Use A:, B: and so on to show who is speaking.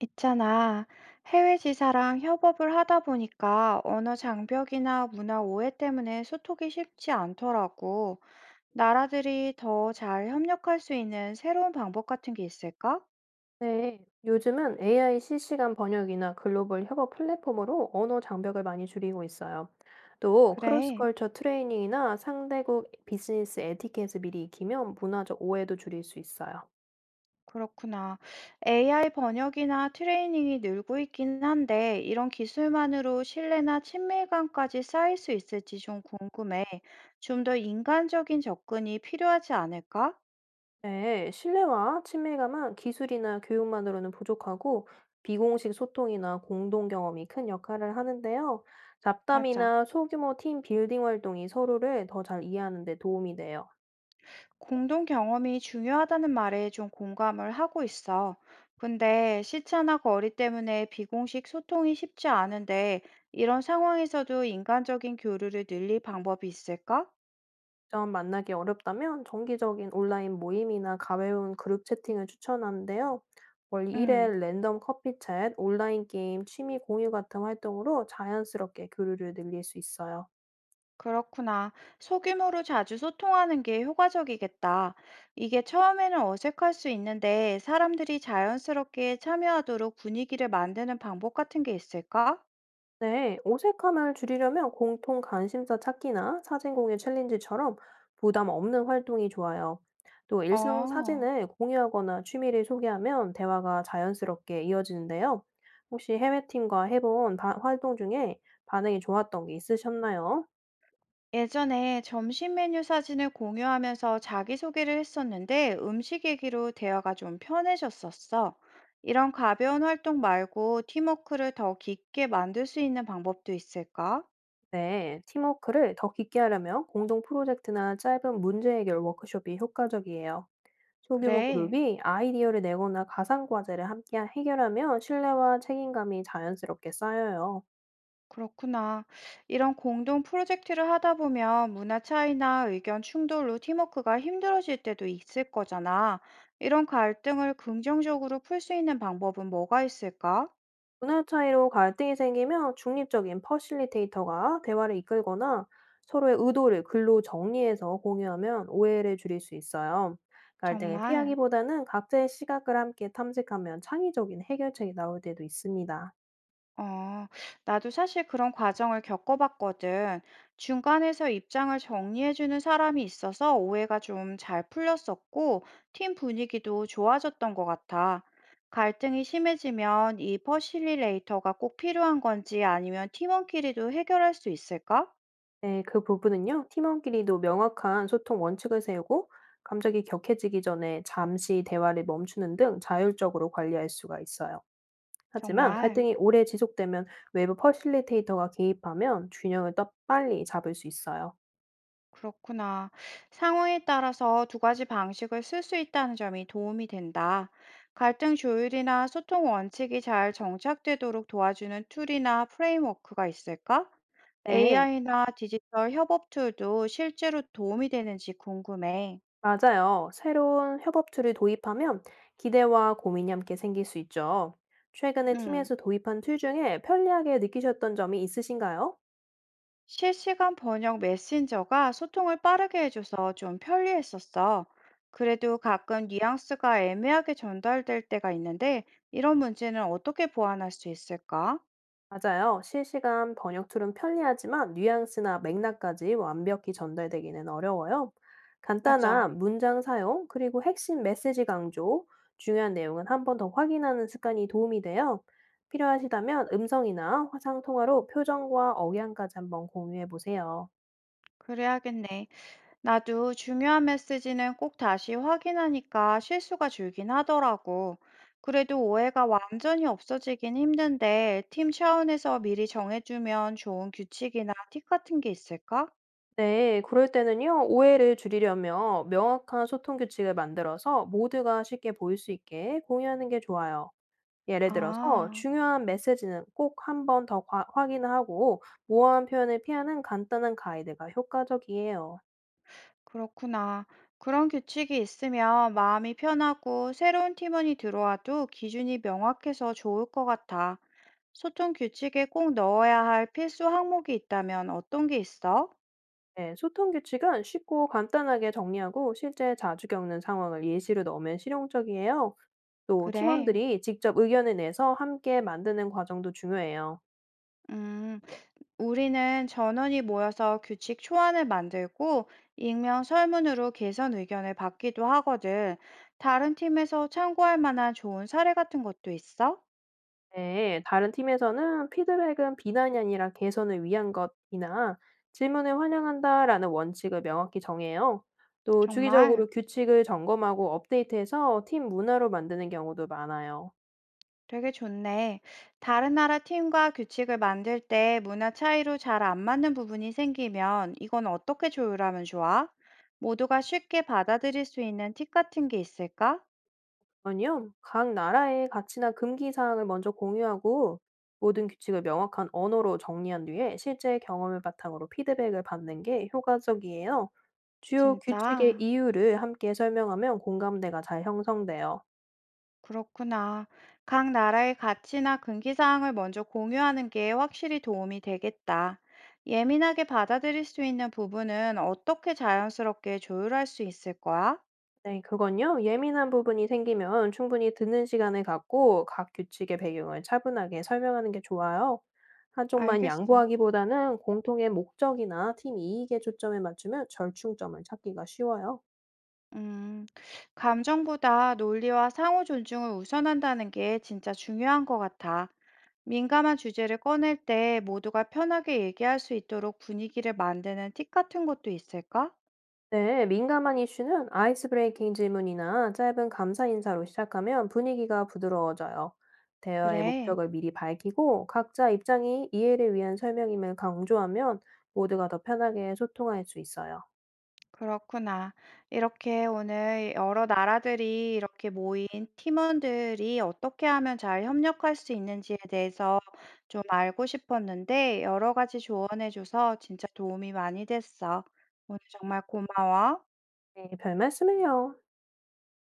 A: 있잖아. 해외 지사랑 협업을 하다 보니까 언어 장벽이나 문화 오해 때문에 소통이 쉽지 않더라고. 나라들이 더 잘 협력할 수 있는 새로운 방법 같은 게 있을까?
B: 네, 요즘은 AI 실시간 번역이나 글로벌 협업 플랫폼으로 언어 장벽을 많이 줄이고 있어요. 또
A: 그래,
B: 크로스컬처 트레이닝이나 상대국 비즈니스 에티켓을 미리 익히면 문화적 오해도 줄일 수 있어요.
A: 그렇구나. AI 번역이나 트레이닝이 늘고 있긴 한데, 이런 기술만으로 신뢰나 친밀감까지 쌓일 수 있을지 좀 궁금해. 좀 더 인간적인 접근이 필요하지 않을까?
B: 네, 신뢰와 친밀감은 기술이나 교육만으로는 부족하고 비공식 소통이나 공동 경험이 큰 역할을 하는데요.
A: 맞아.
B: 잡담이나 소규모 팀 빌딩 활동이 서로를 더 잘 이해하는 데 도움이 돼요.
A: 공동 경험이 중요하다는 말에 좀 공감을 하고 있어. 근데 시차나 거리 때문에 비공식 소통이 쉽지 않은데 이런 상황에서도 인간적인 교류를 늘릴 방법이 있을까?
B: 직접 만나기 어렵다면 정기적인 온라인 모임이나 가벼운 그룹 채팅을 추천하는데요. 월 1회
A: 음,
B: 랜덤 커피 챗, 온라인 게임, 취미 공유 같은 활동으로 자연스럽게 교류를 늘릴 수 있어요.
A: 그렇구나. 소규모로 자주 소통하는 게 효과적이겠다. 이게 처음에는 어색할 수 있는데 사람들이 자연스럽게 참여하도록 분위기를 만드는 방법 같은 게 있을까?
B: 네, 어색함을 줄이려면 공통 관심사 찾기나 사진 공유 챌린지처럼 부담 없는 활동이 좋아요. 또 일상
A: 어.
B: 사진을 공유하거나 취미를 소개하면 대화가 자연스럽게 이어지는데요. 혹시 해외팀과 활동 중에 반응이 좋았던 게 있으셨나요?
A: 예전에 점심 메뉴 사진을 공유하면서 자기소개를 했었는데 음식 얘기로 대화가 좀 편해졌었어. 이런 가벼운 활동 말고 팀워크를 더 깊게 만들 수 있는 방법도 있을까?
B: 네, 팀워크를 더 깊게 하려면 공동 프로젝트나 짧은 문제 해결 워크숍이 효과적이에요. 소규모
A: 그래,
B: 그룹이 아이디어를 내거나 가상 과제를 함께 해결하며 신뢰와 책임감이 자연스럽게 쌓여요.
A: 그렇구나. 이런 공동 프로젝트를 하다 보면 문화 차이나 의견 충돌로 팀워크가 힘들어질 때도 있을 거잖아. 이런 갈등을 긍정적으로 풀 수 있는 방법은 뭐가 있을까?
B: 문화 차이로 갈등이 생기면 중립적인 퍼실리테이터가 대화를 이끌거나 서로의 의도를 글로 정리해서 공유하면 오해를 줄일 수 있어요. 갈등을
A: 정말.
B: 피하기보다는 각자의 시각을 함께 탐색하면 창의적인 해결책이 나올 때도 있습니다.
A: 어, 나도 사실 그런 과정을 겪어봤거든. 중간에서 입장을 정리해주는 사람이 있어서 오해가 좀 잘 풀렸었고, 팀 분위기도 좋아졌던 것 같아. 갈등이 심해지면 이 퍼실리레이터가 꼭 필요한 건지 아니면 팀원끼리도 해결할 수 있을까?
B: 네, 그 부분은요, 팀원끼리도 명확한 소통 원칙을 세우고, 감정이 격해지기 전에 잠시 대화를 멈추는 등 자율적으로 관리할 수가 있어요. 하지만
A: 정말.
B: 갈등이 오래 지속되면 외부 퍼실리테이터가 개입하면 균형을 더 빨리 잡을 수 있어요.
A: 그렇구나. 상황에 따라서 두 가지 방식을 쓸 수 있다는 점이 도움이 된다. 갈등 조율이나 소통 원칙이 잘 정착되도록 도와주는 툴이나 프레임워크가 있을까?
B: 네,
A: AI나 디지털 협업 툴도 실제로 도움이 되는지 궁금해.
B: 맞아요. 새로운 협업 툴을 도입하면 기대와 고민이 함께 생길 수 있죠. 최근에
A: 음,
B: 팀에서 도입한 툴 중에 편리하게 느끼셨던 점이 있으신가요?
A: 실시간 번역 메신저가 소통을 빠르게 해줘서 좀 편리했었어. 그래도 가끔 뉘앙스가 애매하게 전달될 때가 있는데, 이런 문제는 어떻게 보완할 수 있을까?
B: 맞아요. 실시간 번역 툴은 편리하지만 뉘앙스나 맥락까지 완벽히 전달되기는 어려워요.
A: 맞아.
B: 간단한 문장 사용, 그리고 핵심 메시지 강조, 중요한 내용은 한 번 더 확인하는 습관이 도움이 돼요. 필요하시다면 음성이나 화상 통화로 표정과 억양까지 한번 공유해 보세요.
A: 그래야겠네. 나도 중요한 메시지는 꼭 다시 확인하니까 실수가 줄긴 하더라고. 그래도 오해가 완전히 없어지긴 힘든데, 팀 차원에서 미리 정해주면 좋은 규칙이나 팁 같은 게 있을까?
B: 네, 그럴 때는요, 오해를 줄이려면 명확한 소통 규칙을 만들어서 모두가 쉽게 보일 수 있게 공유하는 게 좋아요. 예를 들어서
A: 아,
B: 중요한 메시지는 꼭 한 번 더 확인을 하고 모호한 표현을 피하는 간단한 가이드가 효과적이에요.
A: 그렇구나. 그런 규칙이 있으면 마음이 편하고 새로운 팀원이 들어와도 기준이 명확해서 좋을 것 같아. 소통 규칙에 꼭 넣어야 할 필수 항목이 있다면 어떤 게 있어?
B: 네, 소통 규칙은 쉽고 간단하게 정리하고 실제 자주 겪는 상황을 예시로 넣으면 실용적이에요. 또
A: 그래.
B: 팀원들이 직접 의견을 내서 함께 만드는 과정도 중요해요.
A: 음, 우리는 전원이 모여서 규칙 초안을 만들고 익명 설문으로 개선 의견을 받기도 하거든. 다른 팀에서 참고할 만한 좋은 사례 같은 것도 있어?
B: 네, 다른 팀에서는 피드백은 비난이 아니라 개선을 위한 것이나 질문을 환영한다라는 원칙을 명확히 정해요. 또 주기적으로
A: 정말
B: 규칙을 점검하고 업데이트해서 팀 문화로 만드는 경우도 많아요.
A: 되게 좋네. 다른 나라 팀과 규칙을 만들 때 문화 차이로 잘 안 맞는 부분이 생기면 이건 어떻게 조율하면 좋아? 모두가 쉽게 받아들일 수 있는 팁 같은 게 있을까?
B: 아니요, 각 나라의 가치나 금기 사항을 먼저 공유하고 모든 규칙을 명확한 언어로 정리한 뒤에 실제 경험을 바탕으로 피드백을 받는 게 효과적이에요. 주요 규칙의
A: 진짜.
B: 이유를 함께 설명하면 공감대가 잘 형성돼요.
A: 그렇구나. 각 나라의 가치나 금기사항을 먼저 공유하는 게 확실히 도움이 되겠다. 예민하게 받아들일 수 있는 부분은 어떻게 자연스럽게 조율할 수 있을 거야?
B: 네, 그건요. 예민한 부분이 생기면 충분히 듣는 시간을 갖고 각 규칙의 배경을 차분하게 설명하는 게 좋아요. 한쪽만
A: 알겠어.
B: 양보하기보다는 공통의 목적이나 팀 이익에 초점을 맞추면 절충점을 찾기가 쉬워요.
A: 음, 감정보다 논리와 상호 존중을 우선한다는 게 진짜 중요한 것 같아. 민감한 주제를 꺼낼 때 모두가 편하게 얘기할 수 있도록 분위기를 만드는 팁 같은 것도 있을까?
B: 네, 민감한 이슈는 아이스 브레이킹 질문이나 짧은 감사 인사로 시작하면 분위기가 부드러워져요. 대화의
A: 그래.
B: 목적을 미리 밝히고 각자 입장이 이해를 위한 설명임을 강조하면 모두가 더 편하게 소통할 수 있어요.
A: 그렇구나. 이렇게 오늘 여러 나라들이 이렇게 모인 팀원들이 어떻게 하면 잘 협력할 수 있는지에 대해서 좀 알고 싶었는데, 여러 가지 조언해줘서 진짜 도움이 많이 됐어. 오늘 정말 고마워.
B: 네, 별 말씀을요.